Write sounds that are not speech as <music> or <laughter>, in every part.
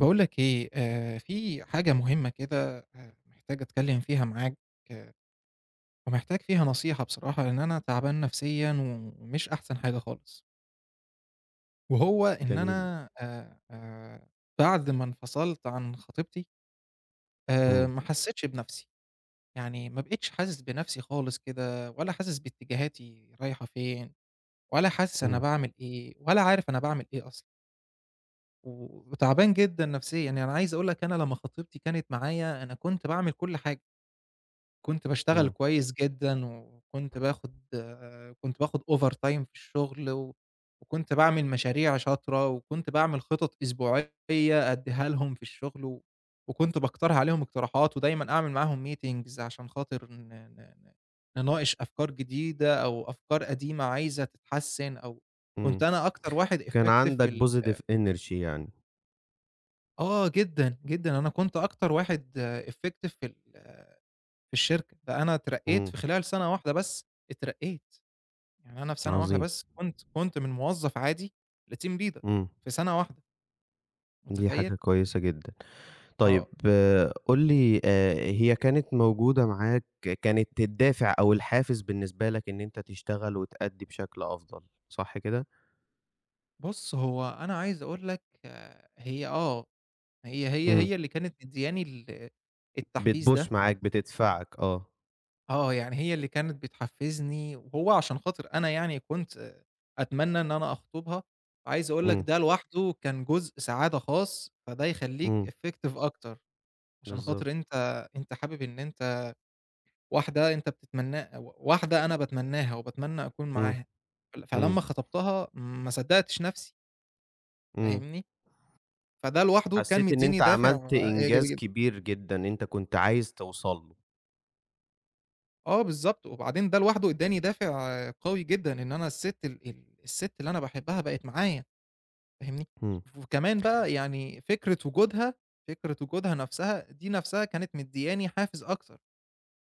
باقول لك إيه، في حاجة مهمة كده محتاج أتكلّم فيها معاك. آه. ومحتاج فيها نصيحة بصراحة، لإن أنا تعبان نفسيًا ومش أحسن حاجة خالص، وهو إن جميل. أنا بعد ما انفصلت عن خطيبتي إمم. ما حسّيتش بنفسي، يعني ما بقيتش حاسس بنفسي خالص كده ولا حاسس باتجاهاتي رايحة فين، ولا حاسس أنا إمم. باعمل إيه، ولا عارف أنا باعمل إيه أصلًا، و وتعبان جدًا نفسيًا، يعني انا عايز أقول لك أنا لمّا خطيبتي كانت معايا أنا كنت باعمل كل حاجة. كنت باشتغل إمم. كويس جدًا، وكنت باخد كنت باخد over time في الشغل، و وكنت باعمل مشاريع شاطرة، وكنت باعمل خطط أسبوعية أدّيها لهم في الشغل، و وكنت باقترح عليهم اقتراحات، ودايمًا أعمل معاهم meetings عشان خاطر ن ن ن نناقش أفكار جديدة أو أفكار قديمة عايزة تتحسن، أو كنت إمم. أنا أكتر واحد كان effective في عندك ال positive energy يعني. آه جدًا، جدًا، أنا كنت أكتر واحد effective في الشركة، ده أنا اترقّيت إمم. في خلال سَنة واحدة بس، اترقّيت، يعني أنا في سَنة واحدة عظيم. بس كنت من موظف عادي لteam leader إمم. في سَنة واحدة، دي حاجة متخيّل؟ كويسة جدًا. طيب، آه. قُل لي هي كانت موجودة معاك، كانت الدافع أو الحافز بالنسبة لك إن أنت تشتغل وتأدّي بشكل أفضل، صح كده؟ بُص هو أنا عايز أقول لك آه، هي آه، هي هي إمم. هي اللي كانت مدّياني التحفيز بتpush ده، معاك، بتدفعك آه. آه، يعني هي اللي كانت بتحفّزني وهو عشان خاطر أنا يعني كنت آه، أتمنى إن أنا أخطُبها، عايز أقول لك إمم. ده لوحده كان جزء سعادة خاص، فده يخلّيك إمم. effective أكتر، عشان خاطر بالضبط. أنت حابب إن أنت واحدة أنت بتتمنّا و واحدة أنا باتمنّاها وباتمنّى أكون إمم. معاها، فل إمم. فلمّا خطبتها ما صدّقتش نَفْسي، إمم. فاهمني، فده لوحده كان حسّيت إن مدّيني أنت دافع عملت إيجابي إنجاز جدًا. كبير جدًا أنت كنت عايز توصل له. آه بالضبط، وبعدين ده لوحده ادّاني دافع قوي جدًا إن أنا السِت ال ال السِت اللي أنا باحبها بقت معايا، فاهمني، إمم. وكمان بقى يعني فكرة وجودها، فكرة وجودها نَفْسها دي نَفْسها كانت مدّياني حافز أكتر.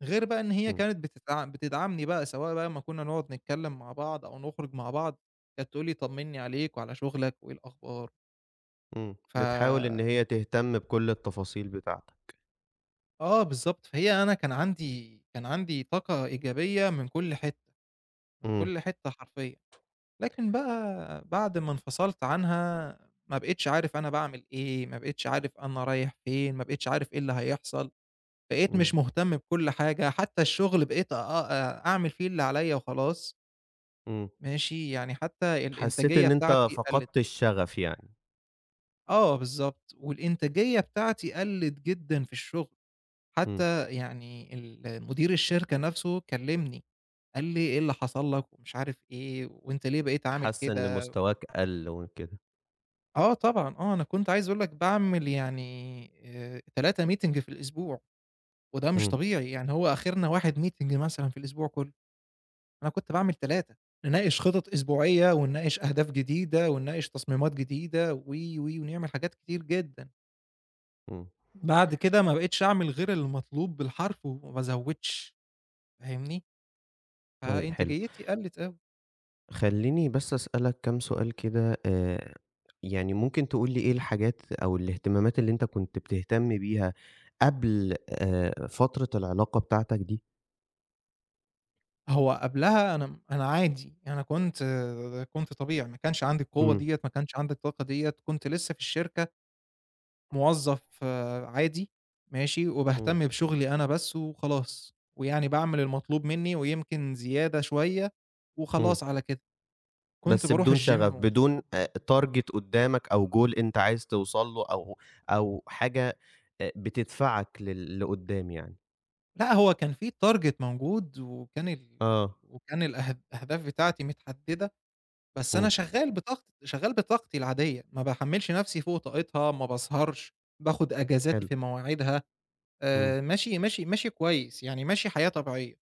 غير بقى إن هي إمم. كانت بتدعمني بقى، سواء بقى أمّا كنا نقعد نتكلّم مع بعض أو نخرج مع بعض، كانت تقول لي طمّني عليك وعلى شغلك وإيه الأخبار، إمم، ف بتحاول إن هي تهتم بكل التفاصيل بتاعتك. آه بالضبط، فهي أنا كان عندي طاقة إيجابية من كل حتّة، من إمم. كل حتّة حرفيًا، لكن بقى بعد ما انفصلت عنها ما بقيتش عارف أنا باعمل إيه، ما بقيتش عارف أنا رايح فين، ما بقيتش عارف إيه اللي هيحصل، بقيت إمم. مش مهتم بكل حاجة، حتّى الشغل بقيت أ أ أعمل فيه اللي عليّا وخلاص. إمم. ماشي، يعني حتى حسيت الإنتاجية إن أنت بتاعتي قَلِّت. فقدت الشغف يعني. آه بالضبط، والإنتاجية بتاعتي قَلِّت جدًا في الشغل، إمم. حتى يعني مدير الشركة نَفْسه كلّمني، قال لي: "إيه اللي حصل لك؟" ومش عارف إيه، "وأنت ليه بقيت عامل حاسة إن كده؟" مستواك قَل وكده. آه طبعًا، آه، أنا كنت عايز أقول لك باعمل يعني 3 meeting في الأسبوع، وده مش إمم. طبيعي، يعني هو آخرنا 1 meeting مثلًا في الأسبوع كُلّه. أنا كنت باعمل 3، نناقش خطط أسبوعية، ونناقش أهداف جديدة، ونناقش تصميمات جديدة و، ونعمل حاجات كتير جدًا. إمم. بعد كده ما بقيتش أعمل غير المطلوب بالحرف وما ازودش، فاهمني؟ طيب حلو، فإنتاجيتي قلت أوي. خلّيني بس أسألك كام سؤال كده، يعني ممكن تقول لي إيه الحاجات أو الاهتمامات اللي أنت كنت بتهتم بيها قبل، فترة العلاقة بتاعتك دي؟ هو قبلها أنا عادي، أنا كنت طبيعي، ما كانش عندي القوة إمم. ديّة، ما كانش عندي الطاقة ديّة، كنت لسه في الشركة موظّف آه، عادي ماشي، إمم. وباهتم بشُغلي أنا بس وخلاص، ويعني باعمل المطلوب منّي ويمكن زيادة شوية إمم. وخلاص على كده، كنت بس باروح بدون الgym شغف، بدون target قدّامك أو goal أنت عايز توصل له، أو حاجة بتدفعك لقدّام يعني. لأ، هو كان في target موجود وكان ال آه. وكان الأه الأهداف بتاعتي متحدّدة، بس أنا إمم. شغّال بطاقتي العادية، ما باحمّلش نَفْسي فوق طاقتها، ما باسهرش، باخُد أجازاتي حلو. في مواعيدها، إمم. ماشي ماشي ماشي كويس، يعني ماشي حياة طبيعية.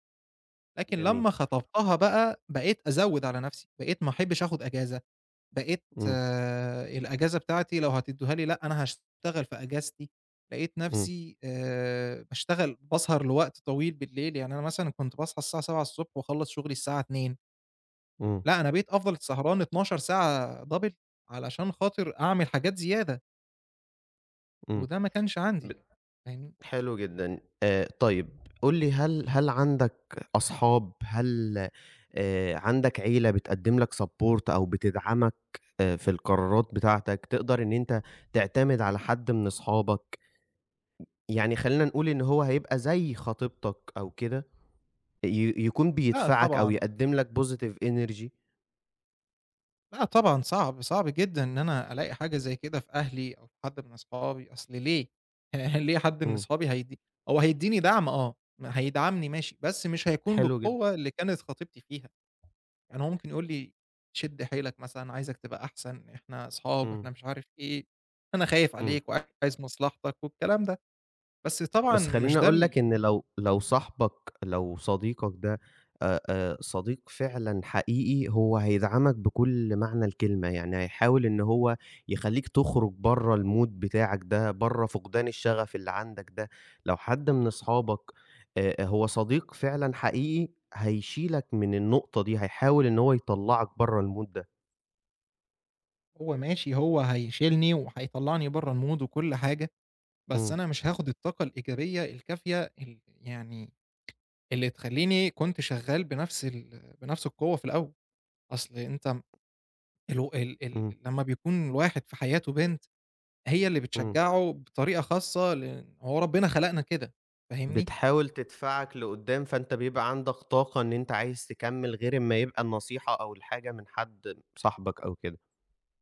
لكن جميل. لمّا خطبتها بقى، بقيت أزوّد على نفسي، بقيت ما أحبش آخد أجازة، بقيت إمم. آه، الأجازة بتاعتي لو هتدّوها لي لأ، أنا هاشتغل في أجازتي، لقيت إمم. نفسي باشتغل باسهر لوقت طويل بالليل، يعني أنا مثلًا كنت باصحى الساعة 7:00 ص واخلّص شغلي الساعة 14:00، إمم. لأ، أنا بقيت أفضل سهران 12 ساعة double علشان خاطر أعمل حاجات زيادة، إمم. وده ما كانش ب عندي، فاهمني؟ حلو جدًا. طيب قُل لي، هل عندك أصحاب؟ هل عندك عيلة بتقدّم لك support أو بتدعمك في القرارات بتاعتك؟ تقدر إن أنت تعتمد على حد من أصحابك؟ يعني خلّينا نقول إن هو هيبقى زي خطيبتك أو كده، يكون لأ بيدفعك أو طبعًا. يقدّم لك positive energy. لأ طبعًا صعب، صعب جدًا إن أنا ألاقي حاجة زي كده في أهلي أو في حد من أصحابي، أصل ليه؟ <laughs> ليه حد من إمم. أصحابي هو هيدّيني دعم آه، هيدعمني ماشي، بس مش هيكون حلو جدًا. بالقوة اللي كانت خطيبتي فيها، يعني هو ممكن يقول لي: "شد حيلك مثلًا، عايزك تبقى أحسن، إحنا أصحاب، إمم. إحنا مش عارف إيه، أنا خايف إمم. عليك وعايز مصلحتك." والكلام ده، بس طبعًا بس مش خلّيني ده أقول ال لك إن لو صاحبك، لو صديقك ده صديق فعلًا حقيقي، هو هيدعمك بكل معنى الكلمة، يعني هيحاول إن هو يخلّيك تخرج برّه الmood بتاعك ده، برّه فقدان الشغف اللي عندك ده. لو حد من أصحابك هو صديق فعلًا حقيقي، هيشيلك من النقطة دي، هيحاول إن هو يطلّعك برّه الmood ده. هو ماشي، هو هيشيلني وهيطلّعني برّه الmood وكل حاجة، بس إمم. أنا مش هاخد الطاقة الإيجابية الكافية ال يعني اللي تخلّيني كنت شغّال بنفس القوة في الأول، أصل أنت الو ال إمم. ال لمّا بيكون الواحد في حياته بنت، هي اللي إمم. بتشجّعه بطريقة خاصة لإن هو ربنا خلقنا كده، فاهمني؟ بتحاول تدفعك لقدّام، فأنت بيبقى عندك طاقة إن أنت عايز تكمّل غير أمّا يبقى النصيحة أو الحاجة من حد صاحبك أو كده.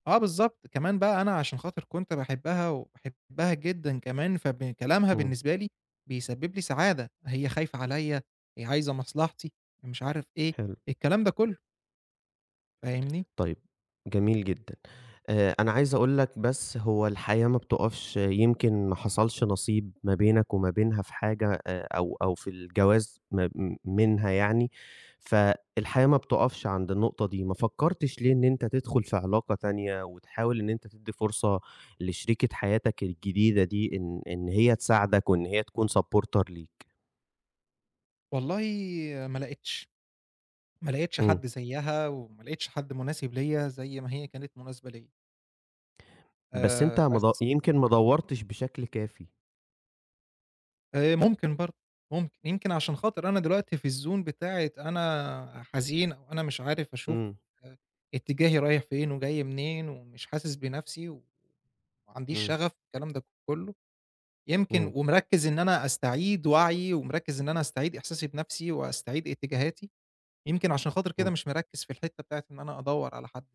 آه بالضبط، كمان بقى أنا عشان خاطر كنت باحبها وباحبها جدًا كمان كلامها إمم. بالنسبة لي بيسبب لي سعادة، هي خايفة عليّا، هي عايزة مصلحتي، مش عارف إيه، حلو. الكلام ده كلّه، فاهمني؟ طيب، جميل جدًا. أنا عايز أقول لك بس هو الحياة ما بتُقفش، يمكن ما حصلش نصيب ما بينك وما بينها في حاجة، أو في الجواز م م منها يعني، فالحياة ما بتُقفش عند النقطة دي. ما فكّرتش ليه إن أنت تدخُل في علاقة تانية وتحاول إن أنت تدّي فرصة لشريكة حياتك الجديدة دي، إن هي تساعدك وإن هي تكون supporter ليك؟ والله ما لقيتش. ما لقيتش إمم. حد زيّها، وما لقيتش حد مناسب ليّا زي ما هي كانت مناسبة ليّا، بس أنت ما بس د يمكن ما دوّرتش بشكل كافي. ممكن برضه، ممكن، يمكن عشان خاطر أنا دلوقتي في الzone بتاعة أنا حزين أو أنا مش عارف أشوف إمم. آآ اتجاهي رايح فين وجاي منين، ومش حاسس بنفسي، وما عنديش إمم. شغف والكلام ده كلّه، إمم. يمكن ومركّز إن أنا أستعيد وعيي، ومركّز إن أنا أستعيد إحساسي بنفسي، وأستعيد اتجاهاتي، يمكن عشان خاطر إمم. كده مش مركّز في الحتّة بتاعة إن أنا أدوّر على حد،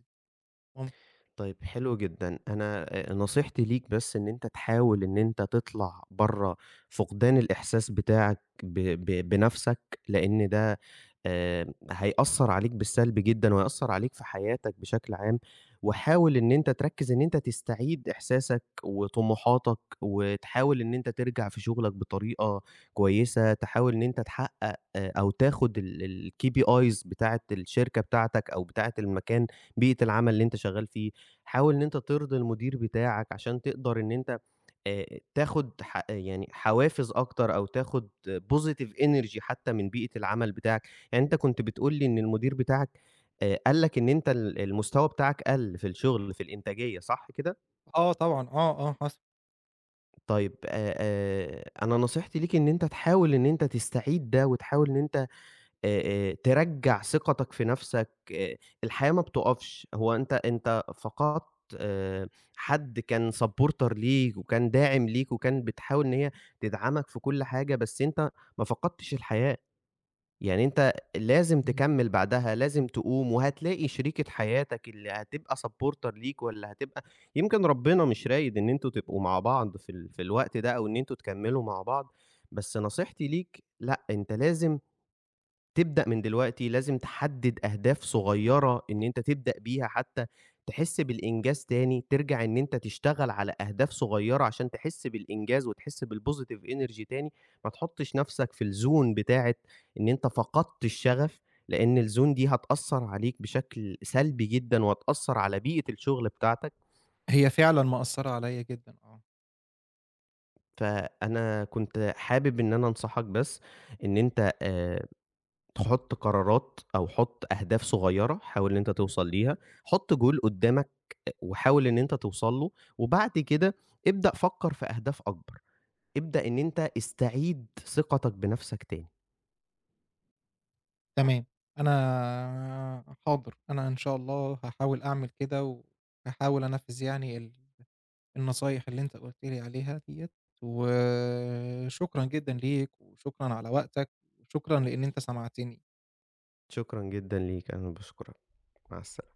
ممكن. طيب حلو جدًا. أنا نصيحتي ليك بس إن أنت تحاول إن أنت تطلع برّه فقدان الإحساس بتاعك ب ب بنَفْسك، لإن ده هيأثّر عليك بالسلب جدًا وهيأثّر عليك في حياتك بشكل عام، وحاول إن أنت تركّز إن أنت تستعيد إحساسك وطموحاتك، وتحاول إن أنت ترجع في شغلك بطريقة كويسة، تحاول إن أنت تحقق أو تاخد الKPIs بتاعة الشركة بتاعتك أو بتاعة المكان، بيئة العمل اللي أنت شغّال فيه، حاول إن أنت ترضي المدير بتاعك عشان تقدر إن أنت تاخد يعني حوافز أكتر أو تاخد positive energy حتى من بيئة العمل بتاعك. يعني أنت كنت بتقول لي إن المدير بتاعك قال لك إن أنت المستوى بتاعك قَل في الشغل، في الإنتاجية، صح كده؟ آه طبعًا، آه، آه حصل. طيب، أنا نصيحتي ليك إن أنت تحاول إن أنت تستعيد ده وتحاول إن أنت ترجّع ثقتك في نَفْسك. آآ الحياة ما بتُقفش، هو أنت فقدت آآ حد كان supporter ليك وكان داعم ليك وكان بتحاول إن هي تدعمك في كل حاجة، بس أنت ما فقدتش الحياة، يعني أنت لازم إمم، تكمّل بعدها، لازم تقوم وهتلاقي شريكة حياتك اللي هتبقى supporter ليك واللي هتبقى. يمكن ربنا مش رايد إن أنتم تبقوا مع بعض في الوقت ده أو إن أنتم تكمّلوا مع بعض، بس نصيحتي ليك لأ، أنت لازم تبدأ من دلوقتي، لازم تحدد أهداف صغيرة إن أنت تبدأ بيها حتى، تحس بالإنجاز تاني، ترجع إن أنت تشتغل على أهداف صغيرة عشان تحس بالإنجاز وتحس بالpositive energy تاني، ما تحطش نفسك في الzone بتاعة إن أنت فقدت الشغف، لأن الzone دي هتأثّر عليك بشكل سلبي جدًا وهتأثّر على بيئة الشغل بتاعتك، هي فعلًا مأثّرة عليَّ جدًا آه. فأنا كنت حابب إن أنا أنصحك بس إن أنت تحط قرارات أو حط أهداف صغيرة، حاول إن أنت توصل ليها، حط goal قدّامك وحاول إن أنت توصل له، وبعد كده ابدأ فكّر في أهداف أكبر، ابدأ إن أنت استعيد ثقتك بنفسك تاني. تمام، أنا حاضر، أنا إن شاء الله هاحاول أعمل كده، وهاحاول أنفّذ يعني النصايح اللي أنت قُلت لي عليها ديّة، وشكرًا جدًا ليك، وشكرًا على وقتك، وشكرًا لإن أنت سمعتني. شكرًا جدًا ليك، أنا باشكرك، مع السلا